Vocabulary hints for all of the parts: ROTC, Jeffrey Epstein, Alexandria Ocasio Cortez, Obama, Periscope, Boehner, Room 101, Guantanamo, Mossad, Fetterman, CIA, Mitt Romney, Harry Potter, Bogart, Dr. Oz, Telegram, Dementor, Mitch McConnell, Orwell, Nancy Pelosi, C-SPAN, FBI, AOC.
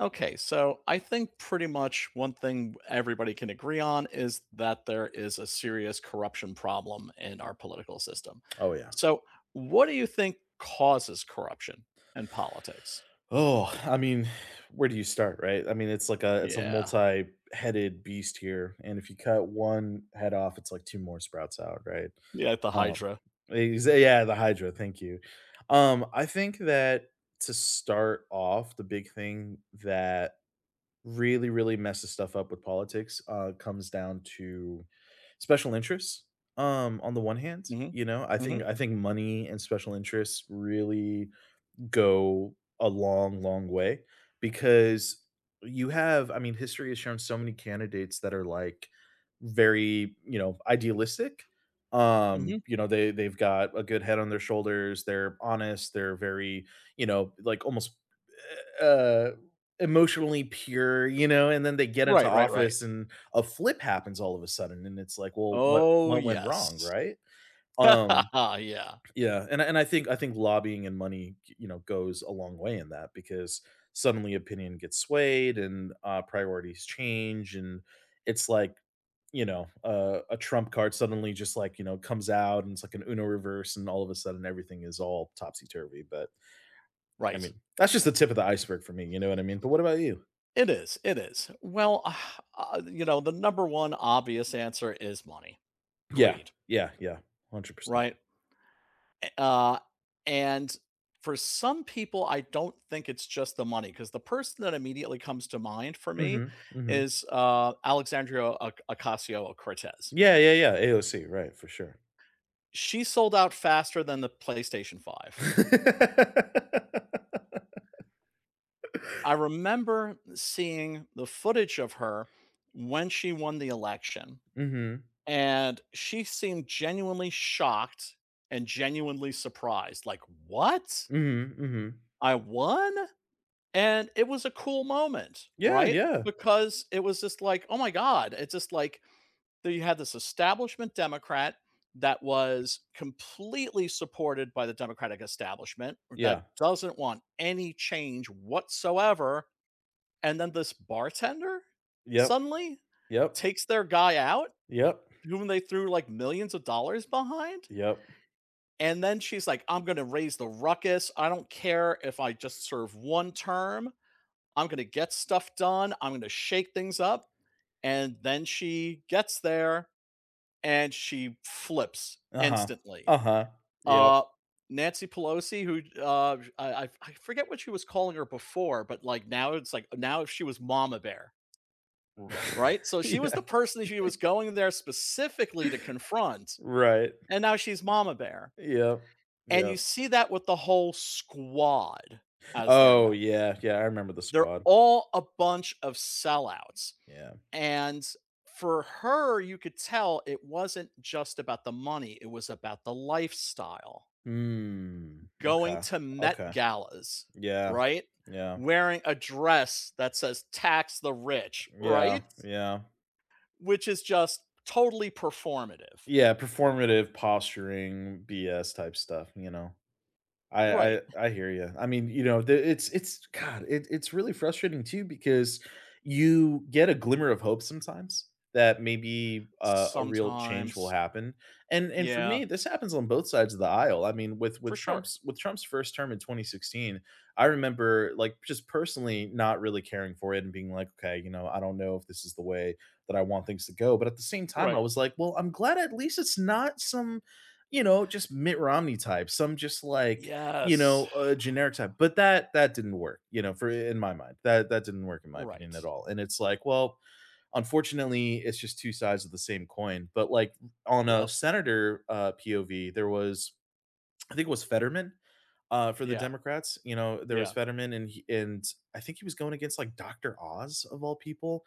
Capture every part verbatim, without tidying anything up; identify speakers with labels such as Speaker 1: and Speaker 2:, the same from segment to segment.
Speaker 1: Okay, so I think pretty much one thing everybody can agree on is that there is a serious corruption problem in our political system.
Speaker 2: Oh, yeah.
Speaker 1: So, what do you think causes corruption in politics?
Speaker 2: Oh, I mean, where do you start, right? I mean, it's like a it's a
Speaker 1: Yeah,
Speaker 2: multi-headed beast here, and if you cut one head off, it's like two more sprouts out, right?
Speaker 1: yeah, the
Speaker 2: Um,
Speaker 1: Hydra.
Speaker 2: exa yeah, the hydra, thank you. Um, I think that to start off, the big thing that really, really messes stuff up with politics, uh, comes down to special interests, um, on the one hand,
Speaker 1: Hmm.
Speaker 2: you know? I
Speaker 1: Hmm.
Speaker 2: think I think money and special interests really go a long, long way because you have I mean, history has shown so many candidates that are, like, very, you know, idealistic. Um,
Speaker 1: Hmm.
Speaker 2: you know, they they've got a good head on their shoulders, they're honest, they're very, you know, like, almost, eh, uh, emotionally pure, you know, and then they get into
Speaker 1: Right, right, right.
Speaker 2: office and a flip happens all of a sudden, and it's like, "Well, what
Speaker 1: Oh,
Speaker 2: what went wrong?"
Speaker 1: yes.
Speaker 2: Right? Um
Speaker 1: Yeah,
Speaker 2: yeah, and I and I think I think lobbying and money, you know, goes a long way in that because suddenly opinion gets swayed and uh, priorities change, and it's like, you know, uh, a trump card suddenly just like you know comes out and it's like an Uno reverse, and all of a sudden everything is all topsy turvy. But I
Speaker 1: right.
Speaker 2: mean, that's just the tip of the iceberg for me. You know what I mean? But what about you?
Speaker 1: It is. It is. Well, uh, you know, the number one obvious answer is money,
Speaker 2: Yeah,
Speaker 1: greed,
Speaker 2: yeah, yeah, hundred percent.
Speaker 1: right? Uh, and for some people, I don't think it's just the money because the person that immediately comes to mind for me
Speaker 2: Hmm. Hmm.
Speaker 1: is uh, Alexandria Ocasio Cortez.
Speaker 2: Yeah, yeah, yeah. A O C, right, for sure.
Speaker 1: She sold out faster than the PlayStation five. I remember seeing the footage of her when she won the election,
Speaker 2: Hmm.
Speaker 1: and she seemed genuinely shocked and genuinely surprised. Like, what?
Speaker 2: Hmm. Hmm.
Speaker 1: I won? And it was a cool moment,
Speaker 2: Yeah,
Speaker 1: right?
Speaker 2: yeah.
Speaker 1: Because it was just like, oh my God. It's just like that you had this establishment Democrat that was completely supported by the Democratic establishment that
Speaker 2: Yeah.
Speaker 1: doesn't want any change whatsoever. And then this bartender
Speaker 2: Yep,
Speaker 1: suddenly
Speaker 2: yep,
Speaker 1: takes their guy out,
Speaker 2: yep,
Speaker 1: whom they threw like millions of dollars behind.
Speaker 2: yep.
Speaker 1: And then she's like, I'm going to raise the ruckus. I don't care if I just serve one term. I'm going to get stuff done. I'm going to shake things up. And then she gets there and she flips
Speaker 2: Uh-huh.
Speaker 1: instantly.
Speaker 2: Uh-huh. Yep.
Speaker 1: Uh, Nancy Pelosi, who uh, I, I I forget what she was calling her before, but like now it's like now she was Mama Bear,
Speaker 2: R
Speaker 1: right? So she was the
Speaker 2: Yeah.
Speaker 1: person she was going there specifically to confront,
Speaker 2: Right.
Speaker 1: and now she's Mama Bear.
Speaker 2: Yep.
Speaker 1: And you
Speaker 2: Yep.
Speaker 1: see that with the whole squad, as they're
Speaker 2: Oh,
Speaker 1: known.
Speaker 2: yeah, yeah, I remember the
Speaker 1: They're
Speaker 2: squad.
Speaker 1: all a bunch of sellouts.
Speaker 2: Yeah.
Speaker 1: And for her, you could tell it wasn't just about the money, it was about the lifestyle.
Speaker 2: Hmm.
Speaker 1: Going
Speaker 2: Okay,
Speaker 1: to Met
Speaker 2: okay.
Speaker 1: galas,
Speaker 2: Yeah,
Speaker 1: right?
Speaker 2: yeah,
Speaker 1: Wearing a dress that says tax the rich,
Speaker 2: yeah,
Speaker 1: right?
Speaker 2: yeah.
Speaker 1: Which is just totally performative.
Speaker 2: Yeah, performative posturing, B S type stuff, you know? I
Speaker 1: Right.
Speaker 2: I I hear you. I mean, you know, the it's it's God, it it's really frustrating too because you get a glimmer of hope sometimes that maybe, uh, a real change will
Speaker 1: Sometimes.
Speaker 2: happen, and and for
Speaker 1: Yeah,
Speaker 2: me, this happens on both sides of the aisle. I mean, with
Speaker 1: for
Speaker 2: with
Speaker 1: sure.
Speaker 2: Trump's with Trump's first term in twenty sixteen, I remember, like, just personally not really caring for it and being like, "Okay, you know, I don't know if this is the way that I want things to go," but at the same time, I
Speaker 1: Right.
Speaker 2: was like, "Well, I'm glad at least it's not some, you know, just Mitt Romney type, some just, like, you
Speaker 1: Yes.
Speaker 2: know, a generic type. But that that didn't work, you know, for in my mind. That that didn't work in my opinion
Speaker 1: Right.
Speaker 2: at all. And it's like, well, unfortunately, it's just two sides of the same coin. But like on a
Speaker 1: Yep.
Speaker 2: senator uh P O V, there was I think it was Fetterman uh for the
Speaker 1: Yeah.
Speaker 2: Democrats, you know, there was
Speaker 1: Yeah.
Speaker 2: Fetterman and he, and I think he was going against like Doctor Oz of all people.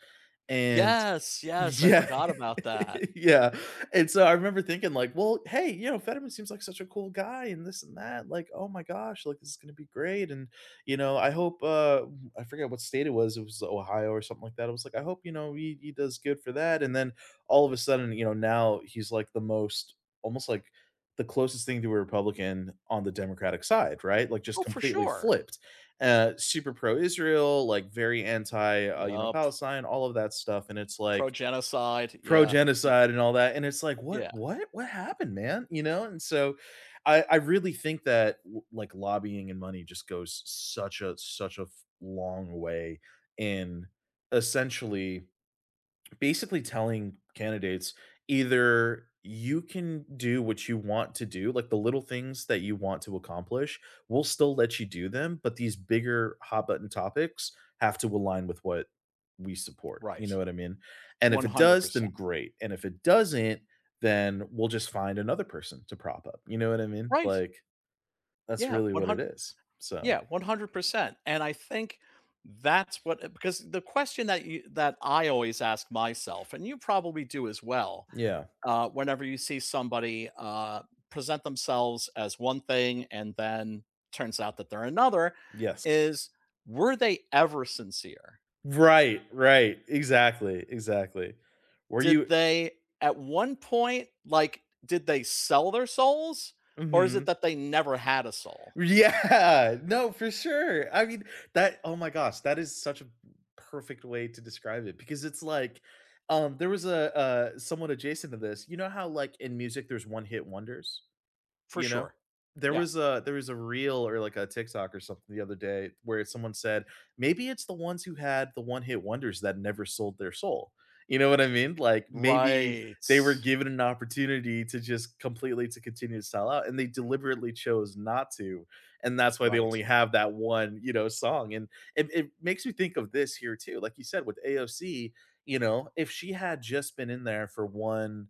Speaker 2: And
Speaker 1: Yes. Yes. I
Speaker 2: yeah.
Speaker 1: forgot about that.
Speaker 2: Yeah, and so I remember thinking like, "Well, hey, you know, Fetterman seems like such a cool guy and this and that, like, oh my gosh, like, this is gonna be great," and, you know, I hope, uh I forget what state it was, it was Ohio or something like that, I was like, "I hope, you know, he he does good for that," and then all of a sudden, you know, now he's like the most almost like the closest thing to a Republican on the Democratic side, right? Like, just
Speaker 1: Oh, for
Speaker 2: completely
Speaker 1: sure.
Speaker 2: flipped. Uh, super pro-Israel, like, very anti, uh, you know,
Speaker 1: Yep.
Speaker 2: Palestine, all of that stuff, and it's
Speaker 1: Pro
Speaker 2: like,
Speaker 1: genocide,
Speaker 2: pro
Speaker 1: yeah, uh,
Speaker 2: genocide and all that, and it's like, what
Speaker 1: yeah,
Speaker 2: what what happened, man, you know and so i i really think that like lobbying and money just goes such a such a f- long way in essentially basically telling candidates, either you can do what you want to do, like the little things that you want to accomplish, we'll still let you do them, but these bigger hot button topics have to align with what we support. You
Speaker 1: right,
Speaker 2: know what I mean? And if it does, then
Speaker 1: one hundred percent.
Speaker 2: great. And if it doesn't, then we'll just find another person to prop up. You know what I mean?
Speaker 1: Right,
Speaker 2: Like, that's
Speaker 1: yeah,
Speaker 2: really what it
Speaker 1: one hundred,
Speaker 2: is. So,
Speaker 1: yeah, one hundred percent, and I think that's what, uh because the question that you that I always ask myself, and you probably do as well,
Speaker 2: yeah.
Speaker 1: uh, whenever you see somebody, uh, present themselves as one thing and then turns out that they're another,
Speaker 2: Yes.
Speaker 1: is were they ever sincere?
Speaker 2: Right, right. Exactly, exactly. Were
Speaker 1: Did
Speaker 2: you.
Speaker 1: they at one point, like, did they sell their souls, or is it
Speaker 2: Mhm.
Speaker 1: that they never had a soul?
Speaker 2: Yeah, no, for sure. I mean, that oh my gosh, that is such a perfect way to describe it because it's like um there was a uh someone adjacent to this. You know how like in music there's one hit wonders?
Speaker 1: For
Speaker 2: You know?
Speaker 1: sure.
Speaker 2: There
Speaker 1: Yeah.
Speaker 2: was a there was a reel or like a TikTok or something the other day where someone said, "Maybe it's the ones who had the one-hit wonders that never sold their soul." You know what I mean? Like, maybe
Speaker 1: Right.
Speaker 2: they were given an opportunity to just completely to continue to sell out, and they deliberately chose not to, and that's why they
Speaker 1: Right.
Speaker 2: only have that one, you know, song, and it it makes me think of this here too, like you said, with A O C, you know, if she had just been in there for one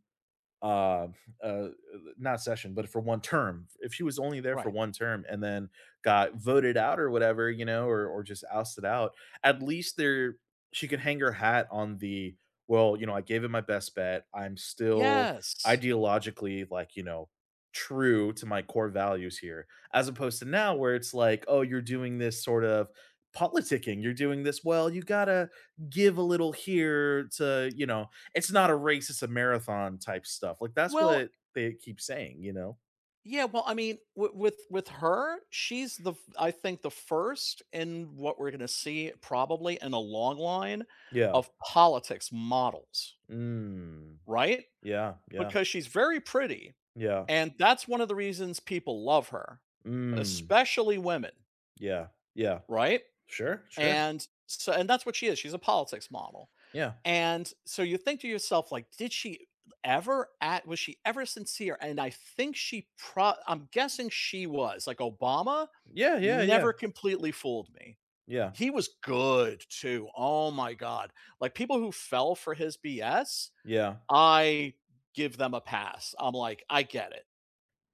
Speaker 2: uh, uh, not session, but for one term. If she was only there for
Speaker 1: Right.
Speaker 2: one term and then got voted out or whatever, you know, or or just ousted out, at least there she could hang her hat on the, well, you know, I gave it my best bet. I'm still
Speaker 1: Yes.
Speaker 2: ideologically like, you know, true to my core values here, as opposed to now where it's like, oh, you're doing this sort of politicking. You're doing this, well, you gotta give a little here to, you know, it's not a race, it's a marathon type stuff. Like, that's
Speaker 1: Well,
Speaker 2: what they keep saying, you know?
Speaker 1: yeah, well, I mean, w- with with her, she's the f- I think the first in what we're going to see probably in a long line
Speaker 2: Yeah.
Speaker 1: of politics models,
Speaker 2: Mm.
Speaker 1: right?
Speaker 2: Yeah, yeah,
Speaker 1: Because she's very pretty.
Speaker 2: yeah.
Speaker 1: And that's one of the reasons people love her,
Speaker 2: Mm.
Speaker 1: especially women,
Speaker 2: Yeah, yeah.
Speaker 1: right?
Speaker 2: Sure, sure.
Speaker 1: And so and that's what she is. She's a politics model.
Speaker 2: Yeah.
Speaker 1: And so you think to yourself, like, did she ever at was she ever sincere? And I think she pro I'm guessing she was. Like, Obama
Speaker 2: Yeah, yeah, yeah,
Speaker 1: never completely fooled me.
Speaker 2: yeah,
Speaker 1: He was good too. Oh my god. Like, people who fell for his B S,
Speaker 2: yeah.
Speaker 1: I give them a pass. I'm like, I get it.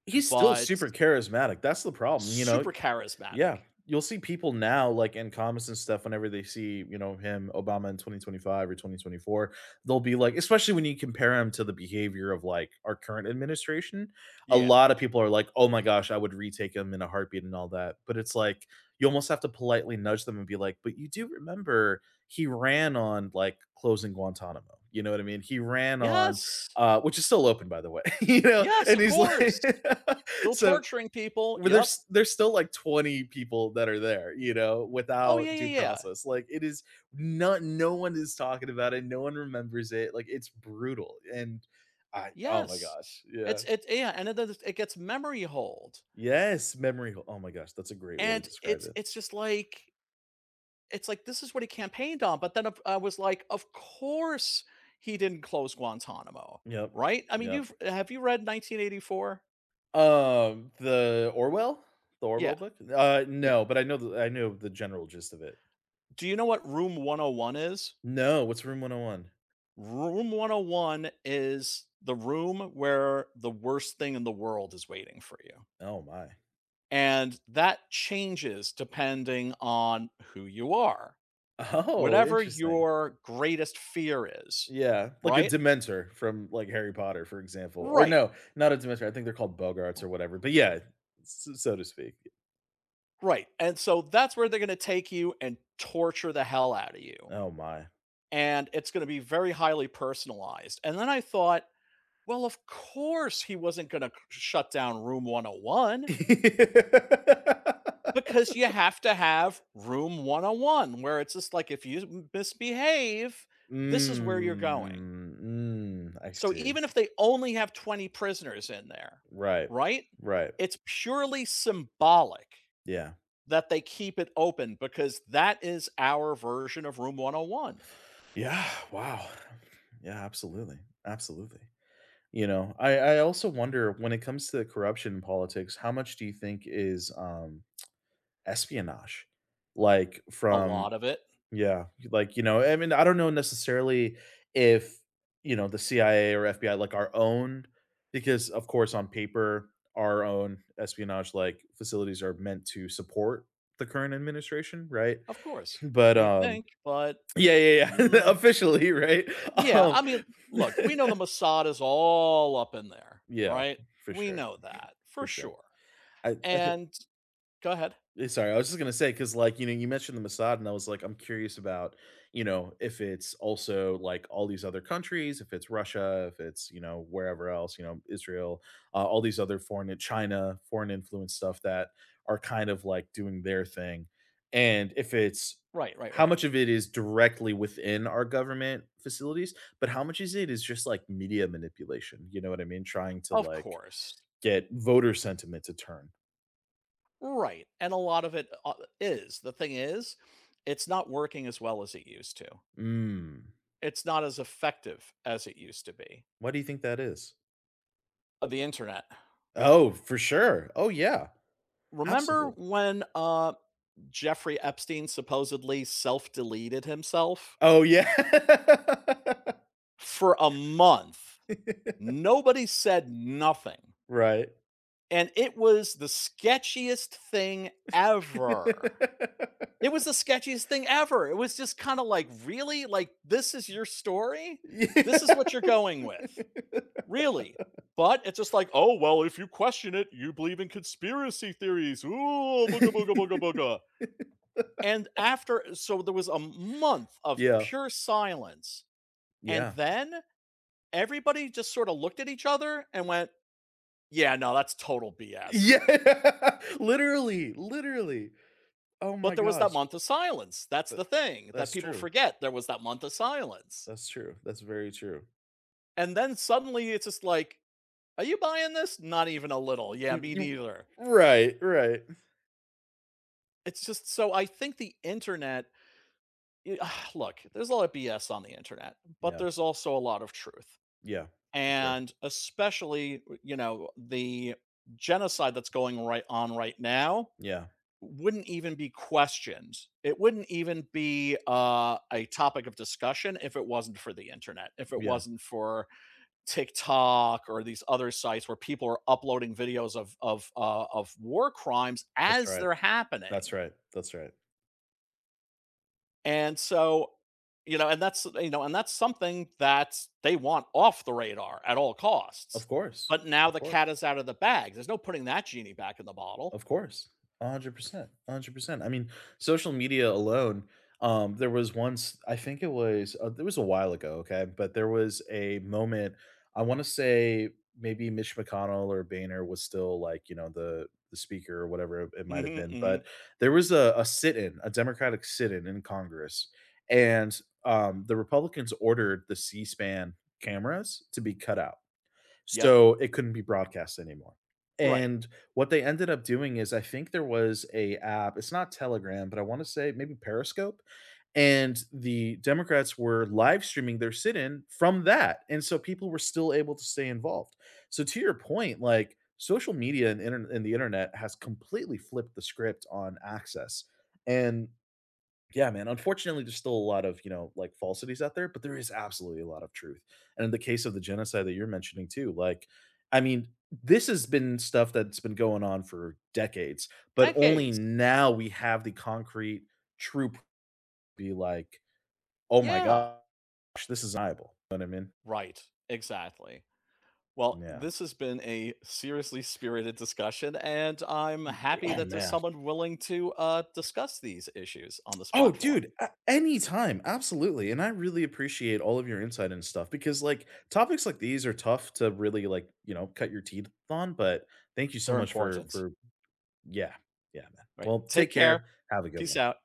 Speaker 2: He's still
Speaker 1: But
Speaker 2: super charismatic, that's the problem, you know?
Speaker 1: Super
Speaker 2: Yeah,
Speaker 1: charismatic.
Speaker 2: you'll see people now, like, in comments and stuff whenever they see, you know, him, Obama in twenty twenty-five or twenty twenty-four, they'll be like especially when you compare him to the behavior of, like, our current administration, a
Speaker 1: Yeah.
Speaker 2: lot of people are like, "Oh my gosh, I would retake him in a heartbeat," and all that, but it's like, you almost have to politely nudge them and be like, "But you do remember he ran on, like, closing Guantanamo." You know what I mean? He ran on,
Speaker 1: Yes.
Speaker 2: uh which is still open, by the way, you know,
Speaker 1: Yes,
Speaker 2: and
Speaker 1: of
Speaker 2: he's like
Speaker 1: course. Still
Speaker 2: so,
Speaker 1: torturing people.
Speaker 2: well,
Speaker 1: Yep.
Speaker 2: there's there's still like twenty people that are there, you know,
Speaker 1: Oh yeah,
Speaker 2: without due
Speaker 1: yeah, yeah.
Speaker 2: process. Like, it is not, no one is talking about it, no one remembers it. Like, it's brutal. And I. Oh my
Speaker 1: Yes.
Speaker 2: gosh. Yeah.
Speaker 1: It's it, yeah, and it does it gets memory hold.
Speaker 2: Yes, memory hole. Oh my gosh, that's a great way to
Speaker 1: And
Speaker 2: describe
Speaker 1: it's
Speaker 2: it.
Speaker 1: it's just like it's like this is what he campaigned on, but then of- I was like, of course he didn't close Guantanamo,
Speaker 2: Yep.
Speaker 1: right? I mean,
Speaker 2: Yep.
Speaker 1: you've have you read nineteen eighty-four?
Speaker 2: Um, the Orwell? The
Speaker 1: Yeah.
Speaker 2: Orwell book? Uh
Speaker 1: Yeah.
Speaker 2: no, but I know the I know the general gist of it.
Speaker 1: Do you know what room one oh one is?
Speaker 2: No, what's Room one oh one?
Speaker 1: Room one oh one is the room where the worst thing in the world is waiting for you.
Speaker 2: Oh one? Oh my.
Speaker 1: And that changes depending on who you are.
Speaker 2: Oh,
Speaker 1: Whatever
Speaker 2: interesting.
Speaker 1: your greatest fear is,
Speaker 2: Yeah, like a
Speaker 1: right?
Speaker 2: Dementor from, like, Harry Potter, for example, or
Speaker 1: Right.
Speaker 2: no, not a Dementor, I think they're called Bogarts or whatever, but yeah, s so to speak.
Speaker 1: Right. And so that's where they're going to take you and torture the hell out of you.
Speaker 2: Oh my.
Speaker 1: And it's going to be very highly personalized. And then I thought, well, of course he wasn't going to shut down room one oh one, because you have to have room one-on-one where it's just like if you misbehave, this is where you're going.
Speaker 2: Mm, mm, I
Speaker 1: So
Speaker 2: see.
Speaker 1: even if they only have twenty prisoners in there,
Speaker 2: Right,
Speaker 1: right?
Speaker 2: right,
Speaker 1: It's purely symbolic
Speaker 2: yeah.
Speaker 1: that they keep it open because that is our version of Room one oh one.
Speaker 2: Yeah, wow. Yeah, absolutely, absolutely. You know, I I also wonder when it comes to corruption in politics, how much do you think is, um, espionage? Like,
Speaker 1: A
Speaker 2: from.
Speaker 1: lot of it.
Speaker 2: Yeah, like, you know, I mean, I don't know necessarily if, you know, the C I A or F B I, like, our own, because, of course, on paper, our own espionage, like, facilities are meant to support the current administration, right?
Speaker 1: Of course.
Speaker 2: But,
Speaker 1: You would think,
Speaker 2: um,
Speaker 1: but,
Speaker 2: yeah, yeah, yeah,
Speaker 1: mm,
Speaker 2: officially, right?
Speaker 1: yeah,
Speaker 2: Um,
Speaker 1: I mean, look, we know the Mossad is all up in there,
Speaker 2: yeah,
Speaker 1: right?
Speaker 2: for
Speaker 1: We
Speaker 2: sure,
Speaker 1: know that for
Speaker 2: for sure.
Speaker 1: sure.
Speaker 2: I, I think
Speaker 1: And go ahead.
Speaker 2: Eh, sorry, I was just gonna say, say because, like, you know, you mentioned the Mossad, and I was like, I'm curious about, you know, if it's also, like, all these other countries, if it's Russia, if it's, you know, wherever else, you know, Israel, uh, all these other foreign eh, China, foreign influence stuff that are kind of, like, doing their thing, and if it's
Speaker 1: Right, right,
Speaker 2: how
Speaker 1: right.
Speaker 2: much of it is directly within our government facilities, but how much is it is just, like, media manipulation, you know what I mean? Trying to,
Speaker 1: Of
Speaker 2: like,
Speaker 1: course.
Speaker 2: get voter sentiment to turn.
Speaker 1: Right. And a lot of it uh, is. The thing is, it's not working as well as it used to.
Speaker 2: Mm.
Speaker 1: It's not as effective as it used to be.
Speaker 2: Why do you think that is?
Speaker 1: Uh, the internet.
Speaker 2: Oh, for sure. Oh, yeah.
Speaker 1: Remember
Speaker 2: Absolutely.
Speaker 1: when, uh, Jeffrey Epstein supposedly self-deleted himself?
Speaker 2: Oh, yeah.
Speaker 1: For a month, nobody said nothing,
Speaker 2: Right.
Speaker 1: and it was the sketchiest thing ever. It was the sketchiest thing ever. It was just kinda like, "Really? Like, this is your story? This is
Speaker 2: Yeah.
Speaker 1: what you're going with? Really?" But it's just like, "Oh, well, if you question it, you believe in conspiracy theories. Ooh, booga, booga, booga, booga." And after, so there was a month of
Speaker 2: Yeah.
Speaker 1: pure silence. And
Speaker 2: Yeah.
Speaker 1: then everybody just sort of looked at each other and went, yeah, no, that's total B S.
Speaker 2: Yeah. Literally, literally. Oh
Speaker 1: But
Speaker 2: my
Speaker 1: there was that
Speaker 2: gosh.
Speaker 1: month of silence. That's
Speaker 2: That
Speaker 1: the thing that
Speaker 2: that's
Speaker 1: people
Speaker 2: true.
Speaker 1: forget. There was that month of silence.
Speaker 2: That's true. That's very true.
Speaker 1: And then suddenly it's just like, are you buying this? Not even a little. Yeah,
Speaker 2: You
Speaker 1: me
Speaker 2: you
Speaker 1: neither.
Speaker 2: Right, right.
Speaker 1: It's just, so I think the internet, look, there's a lot of B S on the internet, but
Speaker 2: Yeah,
Speaker 1: there's also a lot of truth.
Speaker 2: yeah, for sure.
Speaker 1: And especially, uh, you know, the genocide that's going right on right now
Speaker 2: Yeah,
Speaker 1: wouldn't even be questioned. It wouldn't even be uh, a topic of discussion if it wasn't for the internet, if it
Speaker 2: yeah.
Speaker 1: wasn't for tiktok or these other sites where people are uploading videos of of uh, of war crimes
Speaker 2: That's
Speaker 1: as
Speaker 2: right.
Speaker 1: they're happening.
Speaker 2: That's right. That's right.
Speaker 1: And so, you know, and that's you know, and that's something that they want off the radar at all costs.
Speaker 2: Of course.
Speaker 1: But now
Speaker 2: Of
Speaker 1: the cat
Speaker 2: course.
Speaker 1: is out of the bag. There's no putting that genie back in the bottle.
Speaker 2: Of course. hundred percent, a 100%. I mean, social media alone, um, there was once I think it was, uh, it was a while ago, okay, but there was a moment, I wanna say maybe Mitch McConnell or Boehner was still, like, you know, the the speaker or whatever it it might have
Speaker 1: Mhm.
Speaker 2: been,
Speaker 1: Mhm.
Speaker 2: but there was a a sit-in, a Democratic sit-in in in Congress, and, um, the Republicans ordered the C-SPAN cameras to be cut out.
Speaker 1: Yep.
Speaker 2: So it couldn't be broadcast anymore.
Speaker 1: Right.
Speaker 2: And what they ended up doing is, I think there was a app, it's not Telegram, but I want to say maybe Periscope, and the Democrats were live streaming their sit-in from that, and so people were still able to stay involved. So, to your point, like, social media and interne and the internet has completely flipped the script on access, and yeah, man. Unfortunately, there's still a lot of, you know, like, falsities out there, but there is absolutely a lot of truth. And in the case of the genocide that you're mentioning too, like, I mean, this has been stuff that's been going on for decades, but only
Speaker 1: Decades.
Speaker 2: now we have the concrete true proof to be like, oh my
Speaker 1: Yeah.
Speaker 2: gosh, this is viable. You know what I mean?
Speaker 1: Right. Exactly. Well,
Speaker 2: Yeah.
Speaker 1: this has been a seriously spirited discussion, and I'm
Speaker 2: Y-
Speaker 1: happy
Speaker 2: Oh
Speaker 1: that there's
Speaker 2: man.
Speaker 1: someone willing to uh, discuss these issues on this
Speaker 2: Oh,
Speaker 1: platform.
Speaker 2: dude, a anytime, absolutely, and I really appreciate all of your insight and stuff because, like, topics like these are tough to really, like, you know, cut your teeth on, but thank you so
Speaker 1: They're
Speaker 2: much for
Speaker 1: important.
Speaker 2: for yeah, yeah, man.
Speaker 1: Right.
Speaker 2: Well,
Speaker 1: Take
Speaker 2: take
Speaker 1: care.
Speaker 2: care, have a good
Speaker 1: Peace
Speaker 2: one.
Speaker 1: out.